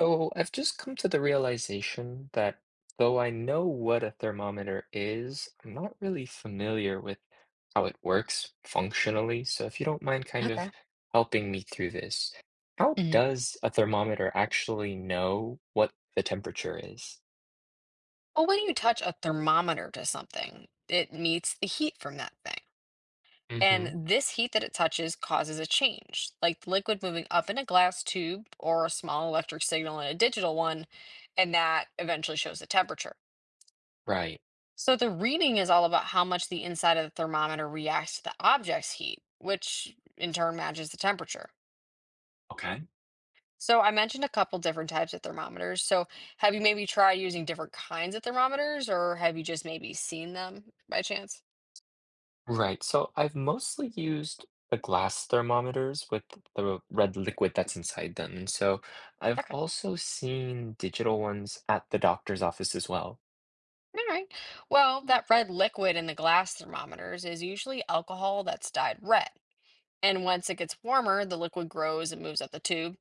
Oh, I've just come to the realization that though I know what a thermometer is, I'm not really familiar with how it works functionally. So if you don't mind kind of Okay. helping me through this, how Mhm. does a thermometer actually know what the temperature is? Well, when you touch a thermometer to something, it meets the heat from that thing. Mm-hmm. And this heat that it touches causes a change, like the liquid moving up in a glass tube or a small electric signal in a digital one, and that eventually shows the temperature. Right. So the reading is all about how much the inside of the thermometer reacts to the object's heat, which in turn matches the temperature. Okay. So I mentioned a couple different types of thermometers. So have you maybe tried using different kinds of thermometers, or have you just maybe seen them by chance? Right. So I've mostly used the glass thermometers with the red liquid that's inside them. And so I've Okay. also seen digital ones at the doctor's office as well. All right. Well, that red liquid in the glass thermometers is usually alcohol that's dyed red. And once it gets warmer, the liquid grows and moves up the tube.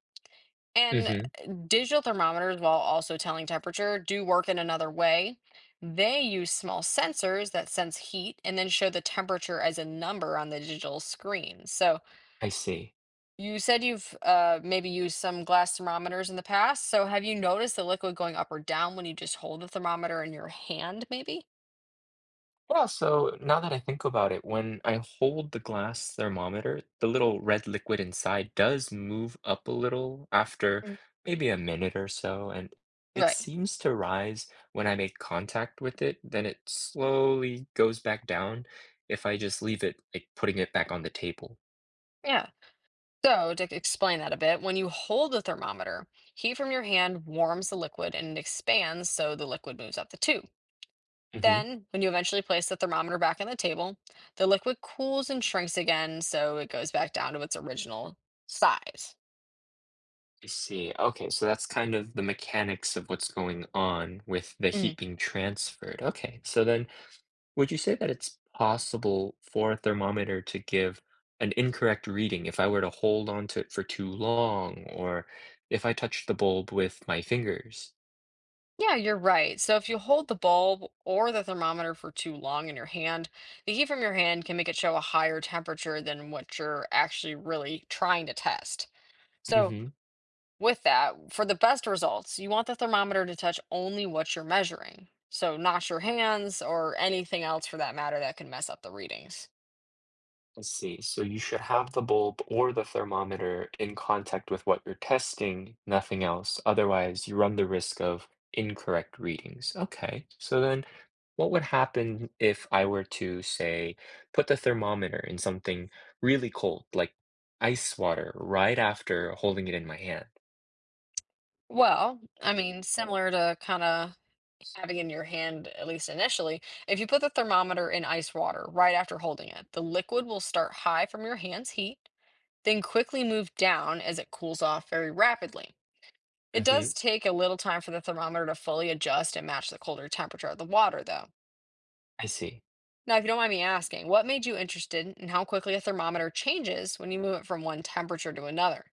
And Hmm. Digital thermometers, while also telling temperature, do work in another way. They use small sensors that sense heat and then show the temperature as a number on the digital screen. So I see. you said you've maybe used some glass thermometers in the past. So have you noticed the liquid going up or down when you just hold the thermometer in your hand, maybe? Yeah, so now that I think about it, when I hold the glass thermometer, the little red liquid inside does move up a little after Mm. maybe a minute or so, and it Right. seems to rise when I make contact with it, then it slowly goes back down if I just leave it, like putting it back on the table. Yeah. So to explain that a bit, when you hold the thermometer, heat from your hand warms the liquid and it expands, so the liquid moves up the tube. Hmm. Then, when you eventually place the thermometer back on the table, the liquid cools and shrinks again, so it goes back down to its original size. I see. Okay, so that's kind of the mechanics of what's going on with the heat being transferred. Okay, so then, would you say that it's possible for a thermometer to give an incorrect reading if I were to hold on to it for too long or if I touch the bulb with my fingers? Yeah, you're right. So if you hold the bulb or the thermometer for too long in your hand, the heat from your hand can make it show a higher temperature than what you're actually really trying to test. So Mm-hmm. with that, for the best results, you want the thermometer to touch only what you're measuring. So not your hands or anything else for that matter that could mess up the readings. I see. So you should have the bulb or the thermometer in contact with what you're testing, nothing else. Otherwise, you run the risk of incorrect readings. Okay. So then what would happen if I were to, say, put the thermometer in something really cold, like ice water, right after holding it in my hand? Well, I mean, similar to kind of having in your hand, at least initially, if you put the thermometer in ice water right after holding it, the liquid will start high from your hand's heat, then quickly move down as it cools off very rapidly. It Mm-hmm. does take a little time for the thermometer to fully adjust and match the colder temperature of the water, though. I see. Now, if you don't mind me asking, what made you interested in how quickly a thermometer changes when you move it from one temperature to another?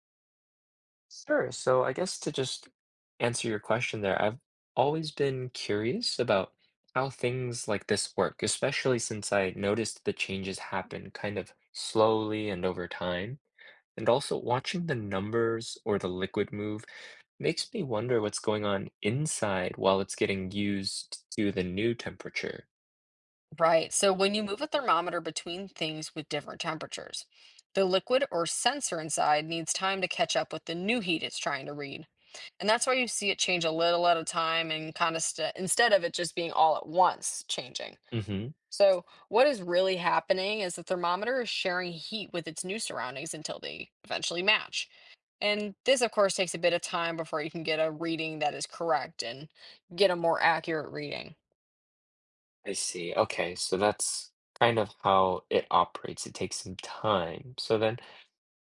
Sure. So I guess to just answer your question there, I've always been curious about how things like this work, especially since I noticed the changes happen kind of slowly and over time. And also watching the numbers or the liquid move makes me wonder what's going on inside while it's getting used to the new temperature. Right. So when you move a thermometer between things with different temperatures, the liquid or sensor inside needs time to catch up with the new heat it's trying to read. And that's why you see it change a little at a time and kind of instead of it just being all at once changing. Hmm. So what is really happening is the thermometer is sharing heat with its new surroundings until they eventually match. And this, of course, takes a bit of time before you can get a reading that is correct and get a more accurate reading. I see. Okay, so that's kind of how it operates. It takes some time. So then,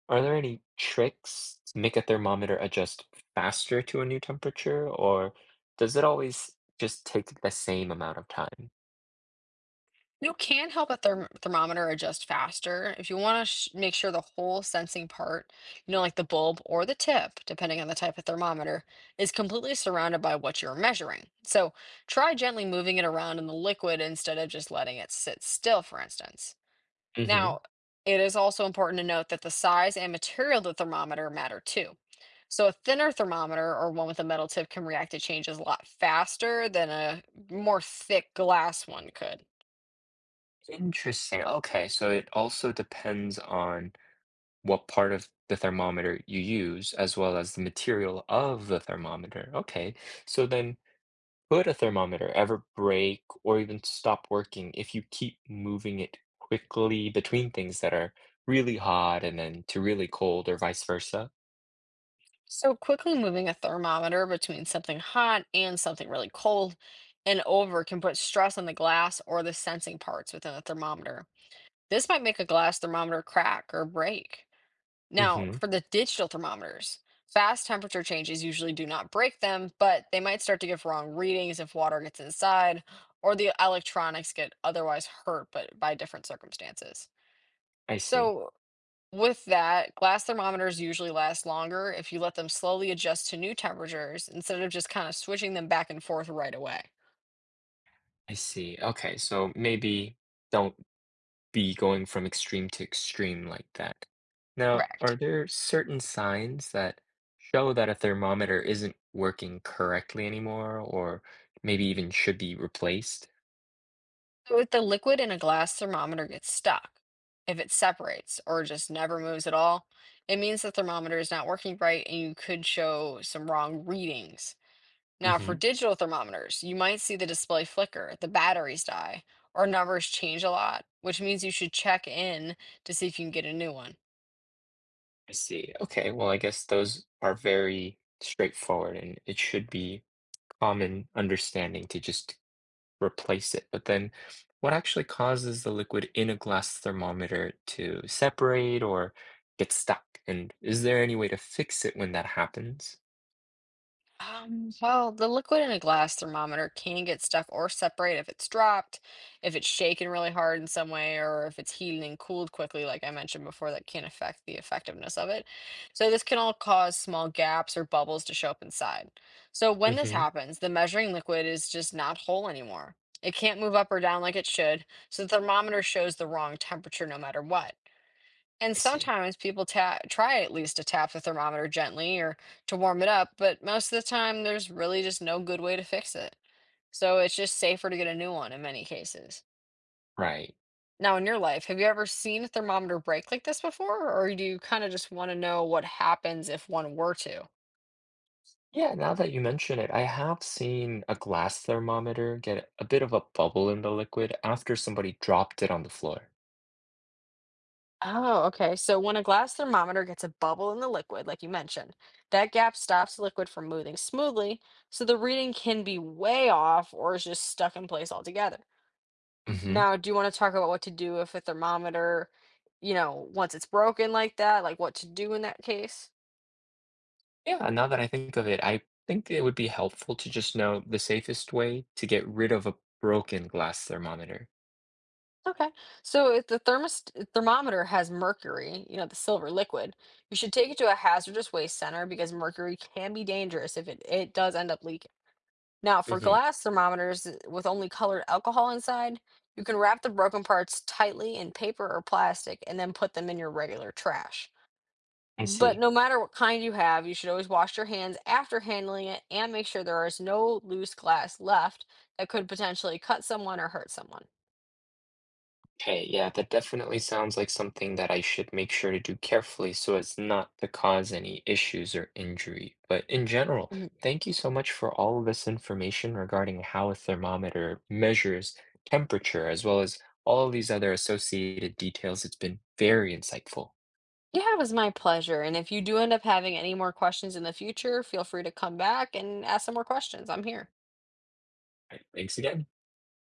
are there any tricks to make a thermometer adjust faster to a new temperature, or does it always just take the same amount of time? You can help a thermometer adjust faster if you want to sh make sure the whole sensing part, you know, like the bulb or the tip, depending on the type of thermometer, is completely surrounded by what you're measuring. So try gently moving it around in the liquid instead of just letting it sit still, for instance. Hmm. Now, it is also important to note that the size and material of the thermometer matter too. So a thinner thermometer or one with a metal tip can react to changes a lot faster than a more thick glass one could. Interesting. Okay, so it also depends on what part of the thermometer you use, as well as the material of the thermometer. Okay, so then, could a thermometer ever break or even stop working if you keep moving it quickly between things that are really hot and then to really cold or vice versa? So quickly moving a thermometer between something hot and something really cold and over can put stress on the glass or the sensing parts within a thermometer. This might make a glass thermometer crack or break. Now, Mm-hmm. for the digital thermometers, fast temperature changes usually do not break them, but they might start to give wrong readings if water gets inside or the electronics get otherwise hurt but by different circumstances. I see. So, with that, glass thermometers usually last longer if you let them slowly adjust to new temperatures instead of just kind of switching them back and forth right away. I see. Okay, so maybe don't be going from extreme to extreme like that. Now, Correct. are there certain signs that show that a thermometer isn't working correctly anymore, or maybe even should be replaced? So if the liquid in a glass thermometer gets stuck, if it separates or just never moves at all, it means the thermometer is not working right and you could show some wrong readings. Now, for Hmm. digital thermometers, you might see the display flicker, the batteries die, or numbers change a lot, which means you should check in to see if you can get a new one. I see. Okay, well, I guess those are very straightforward and it should be common understanding to just replace it. But then what actually causes the liquid in a glass thermometer to separate or get stuck? And is there any way to fix it when that happens? Well, the liquid in a glass thermometer can get stuck or separate if it's dropped, if it's shaken really hard in some way, or if it's heated and cooled quickly, like I mentioned before, that can affect the effectiveness of it. So this can all cause small gaps or bubbles to show up inside. So when this Mm-hmm. happens, the measuring liquid is just not whole anymore. It can't move up or down like it should, so the thermometer shows the wrong temperature no matter what. And I see. sometimes people ta try at least to tap the thermometer gently or to warm it up, but most of the time there's really just no good way to fix it. So it's just safer to get a new one in many cases. Right. Now, in your life, have you ever seen a thermometer break like this before, or do you kind of just want to know what happens if one were to? Yeah, now that you mention it, I have seen a glass thermometer get a bit of a bubble in the liquid after somebody dropped it on the floor. Oh, okay. So when a glass thermometer gets a bubble in the liquid, like you mentioned, that gap stops the liquid from moving smoothly, so the reading can be way off or is just stuck in place altogether. Hmm. Now, do you wanna talk about what to do if a thermometer, you know, once it's broken like that, like what to do in that case? Yeah, now that I think of it, I think it would be helpful to just know the safest way to get rid of a broken glass thermometer. Okay. So if the thermos thermometer has mercury, you know, the silver liquid, you should take it to a hazardous waste center because mercury can be dangerous if it does end up leaking. Now, for Hmm. glass thermometers with only colored alcohol inside, you can wrap the broken parts tightly in paper or plastic and then put them in your regular trash. I But see. no matter what kind you have, you should always wash your hands after handling it and make sure there is no loose glass left that could potentially cut someone or hurt someone. Okay, yeah, that definitely sounds like something that I should make sure to do carefully so as not to cause any issues or injury. But in general, Mhm. thank you so much for all of this information regarding how a thermometer measures temperature, as well as all of these other associated details. It's been very insightful. All Yeah, it was my pleasure. And if you do end up having any more questions in the future, feel free to come back and ask some more questions. I'm here. right, thanks again.